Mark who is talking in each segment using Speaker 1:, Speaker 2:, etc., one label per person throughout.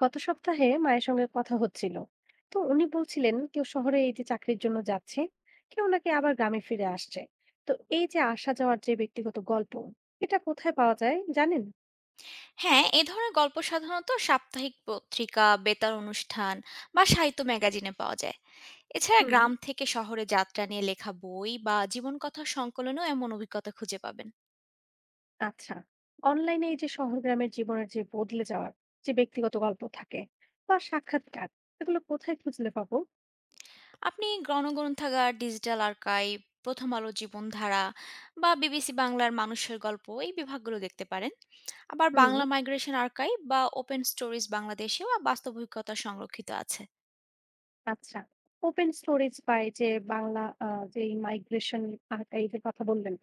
Speaker 1: গত সপ্তাহে মায়ের সঙ্গে কথা হচ্ছিল, তো উনি বলছিলেন কেউ শহরে এই যে চাকরির জন্য যাচ্ছে, কেউ নাকি আবার গ্রামে ফিরে আসছে। তো এই যে আসা যাওয়ার যে ব্যক্তিগত গল্প, এটা কোথায় পাওয়া যায় জানেন?
Speaker 2: হ্যাঁ, এ ধরনের গল্প সাধারণত সাপ্তাহিক পত্রিকা, বেতার অনুষ্ঠান বা সাহিত্য ম্যাগাজিনে পাওয়া যায়। এছাড়া
Speaker 1: হুম,
Speaker 2: গ্রাম থেকে শহরে যাত্রা নিয়ে লেখা বই বা জীবনকথা সংকলনেও এমন অভিজ্ঞতা খুঁজে পাবেন।
Speaker 1: আচ্ছা। অনলাইনে এই যে শহর গ্রামের জীবনের যে বদলে যাওয়ার যে ব্যক্তিগত গল্প থাকে বা সাক্ষাৎকার, এগুলো কোথায় খুঁজলে পাবো?
Speaker 2: আপনি গণগ্রন্থাগার, ডিজিটাল আর্কাইভ, প্রথম আলো জীবনধারা বা বিবিসি বাংলার মানুষের গল্প এই বিভাগগুলো দেখতে পারেন। আবার
Speaker 1: হুম,
Speaker 2: বাংলা মাইগ্রেশন আর্কাইভ বা ওপেন স্টোরিজ বাংলাদেশেও বাস্তব অভিজ্ঞতা সংরক্ষিত আছে।
Speaker 1: আচ্ছা। ওপেন স্টোরেজ বা এই যে বাংলা যে মাইগ্রেশন আর্কাইভের কথা বললেন,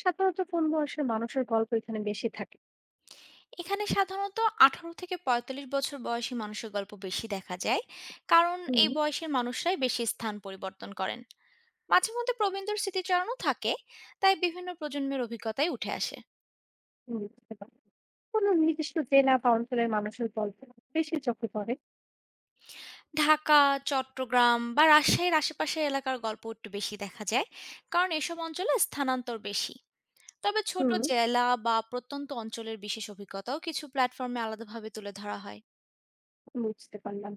Speaker 1: সাধারণত কোন বয়সের মানুষের গল্প এখানে বেশি থাকে?
Speaker 2: এখানে সাধারণত ১৮ থেকে ৪৫ বছর বয়সী মানুষের গল্প বেশি দেখা যায়, কারণ এই
Speaker 1: হুম,
Speaker 2: বয়সের মানুষরাই বেশি স্থান পরিবর্তন করেন। মাঝে মধ্যে প্রবীণদের স্মৃতিচারণও থাকে, তাই বিভিন্ন প্রজন্মের অভিজ্ঞতাই উঠে আসে।
Speaker 1: বুঝতে পারলাম। কোন নির্দিষ্ট জেলা বা অঞ্চলের মানুষের গল্প বেশি চোখে পড়ে?
Speaker 2: ঢাকা, চট্টগ্রাম বা রাজশাহীর আশেপাশের এলাকার গল্প একটু বেশি দেখা যায়, কারণ এসব অঞ্চলে স্থানান্তর বেশি। তবে ছোট
Speaker 1: হুম,
Speaker 2: জেলা বা প্রত্যন্ত অঞ্চলের বিশেষ অভিজ্ঞতাও কিছু প্ল্যাটফর্মে আলাদাভাবে তুলে ধরা হয়।
Speaker 1: বুঝতে পারলাম।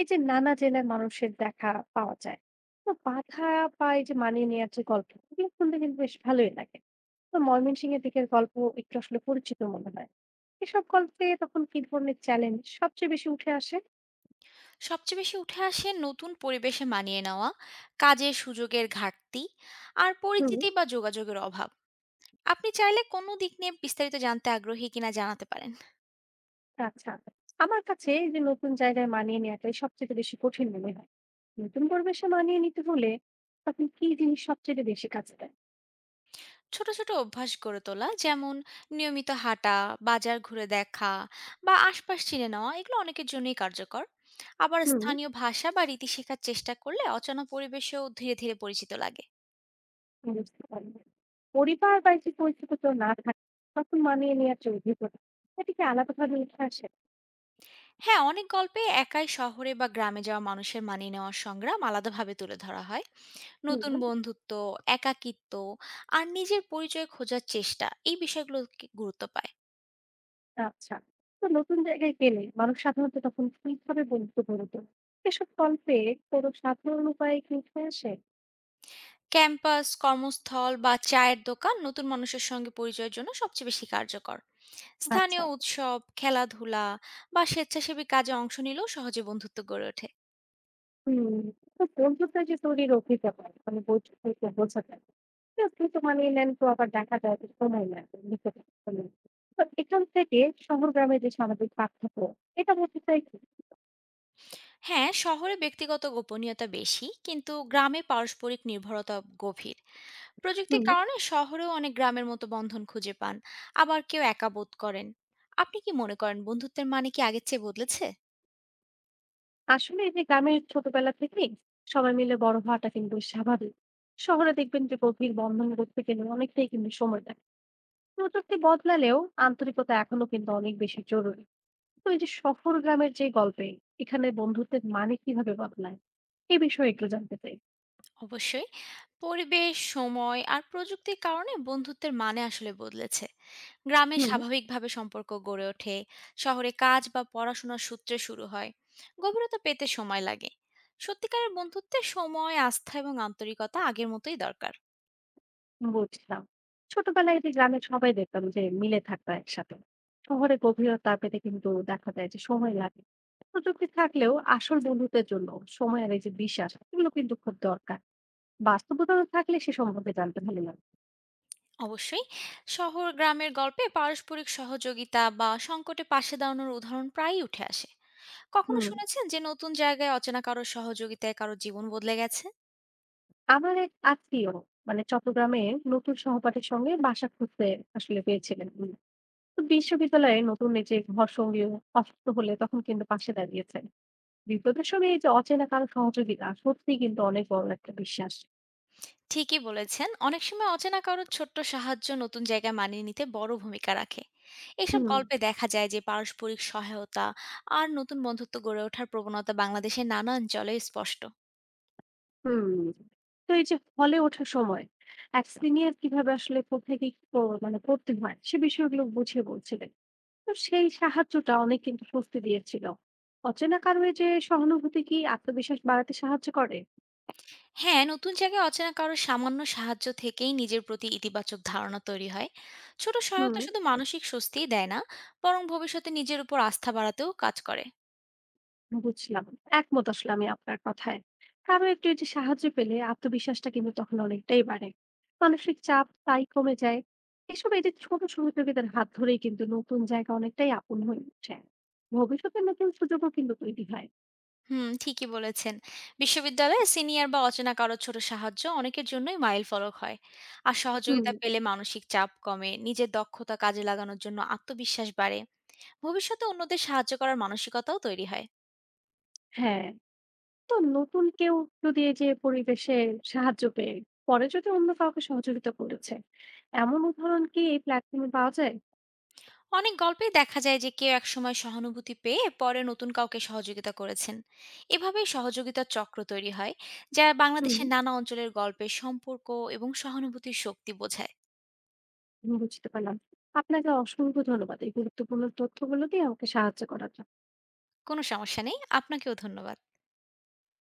Speaker 1: এই যে নানা জেলার মানুষের দেখা পাওয়া যায়। তো বাধা বা এই যে মানিয়ে নেওয়ার যে গল্প এগুলো শুনতে কিন্তু বেশ ভালোই লাগে। তো ময়মনসিংহের দিকের গল্প একটু আসলে পরিচিত মনে হয়। এসব গল্পে তখন কি ধরনের চ্যালেঞ্জ সবচেয়ে বেশি উঠে আসে?
Speaker 2: সবচেয়ে বেশি উঠে আসে নতুন পরিবেশে মানিয়ে নেওয়া, কাজের সুযোগের ঘাটতি, আর
Speaker 1: হুম,
Speaker 2: পরিচিতি বা যোগাযোগের অভাব। আপনি চাইলে কোনো দিক নিয়ে বিস্তারিত জানতে আগ্রহী কিনা জানাতে পারেন।
Speaker 1: আচ্ছা। আমার কাছে এই যে নতুন জায়গায় মানিয়ে নেওয়াটাই সবচেয়ে বেশি কঠিন মনে হয়। নতুন পরিবেশে মানিয়ে নিতে হলে তখন কি জিনিস সবচেয়ে বেশি কাজে দেয়?
Speaker 2: ছোট ছোট অভ্যাস গড়ে তোলা, যেমন নিয়মিত হাঁটা, বাজার ঘুরে দেখা বা আশপাশ চিনে নেওয়া, এগুলো অনেকের জন্যই কার্যকর। আবার
Speaker 1: হুম,
Speaker 2: স্থানীয় ভাষা বা রীতি শেখার চেষ্টা করলে অচেনা পরিবেশেও ধীরে ধীরে পরিচিত লাগে।
Speaker 1: বুঝতে পারলাম। পরিবার বা এই যে পরিচিত কেউ না থাকে তখন মানিয়ে নেওয়ার যে অভিজ্ঞতা এটা কি আলাদাভাবে উঠে আসে?
Speaker 2: হ্যাঁ, অনেক গল্পে একাই শহরে বা গ্রামে যাওয়া মানুষের মানিয়ে নেওয়ার সংগ্রাম আলাদাভাবে তুলে ধরা হয়।
Speaker 1: হুম,
Speaker 2: নতুন বন্ধুত্ব, একাকিত্ব আর নিজের পরিচয় খোঁজার চেষ্টা এই বিষয়গুলো কি গুরুত্ব পায়।
Speaker 1: আচ্ছা। তো নতুন জায়গায় গেলে মানুষ সাধারণত তখন কিভাবে বন্ধুত্ব গড়ে তোলে? এসব গল্পে কোনো সাধারণ উপায়ে কি উঠে আসে?
Speaker 2: ক্যাম্পাস, কর্মস্থল বা চায়ের দোকান নতুন মানুষের সঙ্গে পরিচয়ের জন্য সবচেয়ে বেশি কার্যকর। স্থানীয়
Speaker 1: আচ্ছা।
Speaker 2: উৎসব, খেলাধুলা বা স্বেচ্ছাসেবী কাজে অংশ নিলেও সহজে বন্ধুত্ব গড়ে ওঠে।
Speaker 1: হুম, তো বন্ধুত্বের যে তৈরির অভিজ্ঞতা মানে বৈঠকে বোঝা যায়। কেউ দ্রুত মানিয়ে নেন তো আবার দেখা যায় যে সময় লাগে নিজেকে। তো এখান থেকে শহর গ্রামের যে সামাজিক পার্থক্য এটা বোঝা যায় কি?
Speaker 2: হ্যাঁ, শহরে ব্যক্তিগত গোপনীয়তা বেশি, কিন্তু গ্রামে পারস্পরিক নির্ভরতা গভীর। প্রযুক্তির
Speaker 1: হুম।
Speaker 2: কারণে শহরেও অনেক গ্রামের মতো বন্ধন খুঁজে পান, আবার কেউ একা বোধ করেন। আপনি কি মনে করেন বন্ধুত্বের মানে কি আগের চেয়ে বদলেছে?
Speaker 1: আসলে এই যে গ্রামের ছোটবেলা থেকেই সবাই মিলে বড় হওয়াটা কিন্তু স্বাভাবিক। শহরে দেখবেন যে গভীর বন্ধন করতে গেলে অনেকটাই কিন্তু সময় লাগে। প্রযুক্তি বদলালেও আন্তরিকতা এখনো কিন্তু অনেক বেশি জরুরি। তো এই যে শহর গ্রামের যে গল্পে এখানে বন্ধুত্বের মানে কিভাবে বদলায় এই বিষয়ে একটু জানতে চাই।
Speaker 2: অবশ্যই, পরিবেশ সময় আর প্রযুক্তির কারণে বন্ধুত্বের মানে আসলে বদলেছে। গ্রামে
Speaker 1: হুম,
Speaker 2: স্বাভাবিকভাবে সম্পর্ক গড়ে ওঠে, শহরে কাজ বা পড়াশোনার সূত্রে শুরু হয়, গভীরতা পেতে সময় লাগে। সত্যিকারের বন্ধুত্বে সময়, আস্থা এবং আন্তরিকতা আগের মতোই দরকার।
Speaker 1: বুঝলাম। ছোটবেলায় এই যে গ্রামের সবাই দেখতাম যে মিলে থাকতো একসাথে। শহরে গভীরতা পেতে কিন্তু দেখা যায় যে সময় লাগে। প্রযুক্তি থাকলেও আসল বন্ধুত্বের জন্য সময় আর এই যে বিশ্বাস এগুলো কিন্তু খুব দরকার। বাস্তব উদাহরণ থাকলে সে সম্পর্কে জানতে ভালো লাগে।
Speaker 2: অবশ্যই, শহর গ্রামের গল্পে পারস্পরিক সহযোগিতা বা সংকটে পাশে দাঁড়ানোর উদাহরণ প্রায়ই উঠে আসে। কখনো
Speaker 1: হুম।
Speaker 2: শুনেছেন যে নতুন জায়গায় অচেনা কারোর সহযোগিতায় কারো জীবন বদলে গেছে?
Speaker 1: আমার এক আত্মীয় মানে চট্টগ্রামে নতুন সহপাঠীর সঙ্গে বাসা খুঁজতে আসলে পেয়েছিলেন উনি। তো বিশ্ববিদ্যালয়ে নতুন এই যে ঘরসঙ্গী অসুস্থ হলে তখন কিন্তু পাশে দাঁড়িয়েছেন। বিপদের সময় এই যে অচেনা কারো সহযোগিতা সত্যিই কিন্তু অনেক বড় একটা বিশ্বাস।
Speaker 2: ঠিকই বলেছেন, অনেক সময় অচেনা কারোর ছোট্ট সাহায্য নতুন জায়গায় মানিয়ে নিতে বড় ভূমিকা রাখে। এসব
Speaker 1: হুম,
Speaker 2: গল্পে দেখা যায় যে পারস্পরিক সহায়তা আর নতুন বন্ধুত্ব গড়ে ওঠার প্রবণতা বাংলাদেশের নানা অঞ্চলে স্পষ্ট।
Speaker 1: হুম। তো এই যে হলে ওঠার সময় এক সিনিয়র কিভাবে আসলে কোথায় কি ক মানে করতে হয় সে বিষয়গুলো বুঝিয়ে বলছিলেন। তো সেই সাহায্যটা অনেক কিন্তু স্বস্তি দিয়েছিল। অচেনা কারো এই যে সহানুভূতি কি আত্মবিশ্বাস বাড়াতে সাহায্য করে?
Speaker 2: হ্যাঁ, নতুন জায়গায় অচেনা কারোর সামান্য সাহায্য থেকেই নিজের প্রতি ইতিবাচক ধারণা তৈরি হয়। ছোট সহায়তা
Speaker 1: হুম।
Speaker 2: শুধু মানসিক স্বস্তিই দেয় না, বরং ভবিষ্যতে নিজের উপর আস্থা বাড়াতেও কাজ করে।
Speaker 1: বুঝলাম। একমত আসলে আমি আপনার কথায়। কারো একটু এই যে সাহায্য পেলে আত্মবিশ্বাসটা কিন্তু তখন অনেকটাই বাড়ে। মানসিক চাপ তাই কমে যায়। এসব এই যে ছোট সহযোগিতার হাত ধরেই কিন্তু নতুন জায়গা অনেকটাই আপন হয়ে ওঠে। ভবিষ্যতে নতুন সুযোগও কিন্তু তৈরি হয়।
Speaker 2: হুম, ঠিকই বলেছেন। বিশ্ববিদ্যালয়ে সিনিয়র বা অচেনা কারো ছোট সাহায্য অনেকের জন্যই মাইলফলক হয়। আর
Speaker 1: হুম,
Speaker 2: সহযোগিতা পেলে মানসিক চাপ কমে, নিজের দক্ষতা কাজে লাগানোর জন্য আত্মবিশ্বাস বাড়ে। ভবিষ্যতে অন্যদের সাহায্য করার মানসিকতাও তৈরি হয়।
Speaker 1: হ্যাঁ। তো নতুন কেউ যদি এই যে পরিবেশে সাহায্য পেয়ে পরে যদি অন্য কাউকে সহযোগিতা করেছে, এমন উদাহরণ কি এই প্ল্যাটফর্মে পাওয়া যায়?
Speaker 2: অনেক গল্পেই দেখা যায় যে কেউ একসময় সহানুভূতি পেয়ে পরে নতুন কাউকে সহযোগিতা করেছেন। এভাবেই সহযোগিতার চক্র তৈরি হয়, যা
Speaker 1: হুম।
Speaker 2: বাংলাদেশের নানা অঞ্চলের গল্পে সম্পর্ক এবং সহানুভূতির শক্তি বোঝায়।
Speaker 1: বুঝতে পারলাম। আপনাকে অসংখ্য ধন্যবাদ এই গুরুত্বপূর্ণ তথ্যগুলো দিয়ে আমাকে সাহায্য করার জন্য।
Speaker 2: কোনো সমস্যা নেই, আপনাকেও ধন্যবাদ।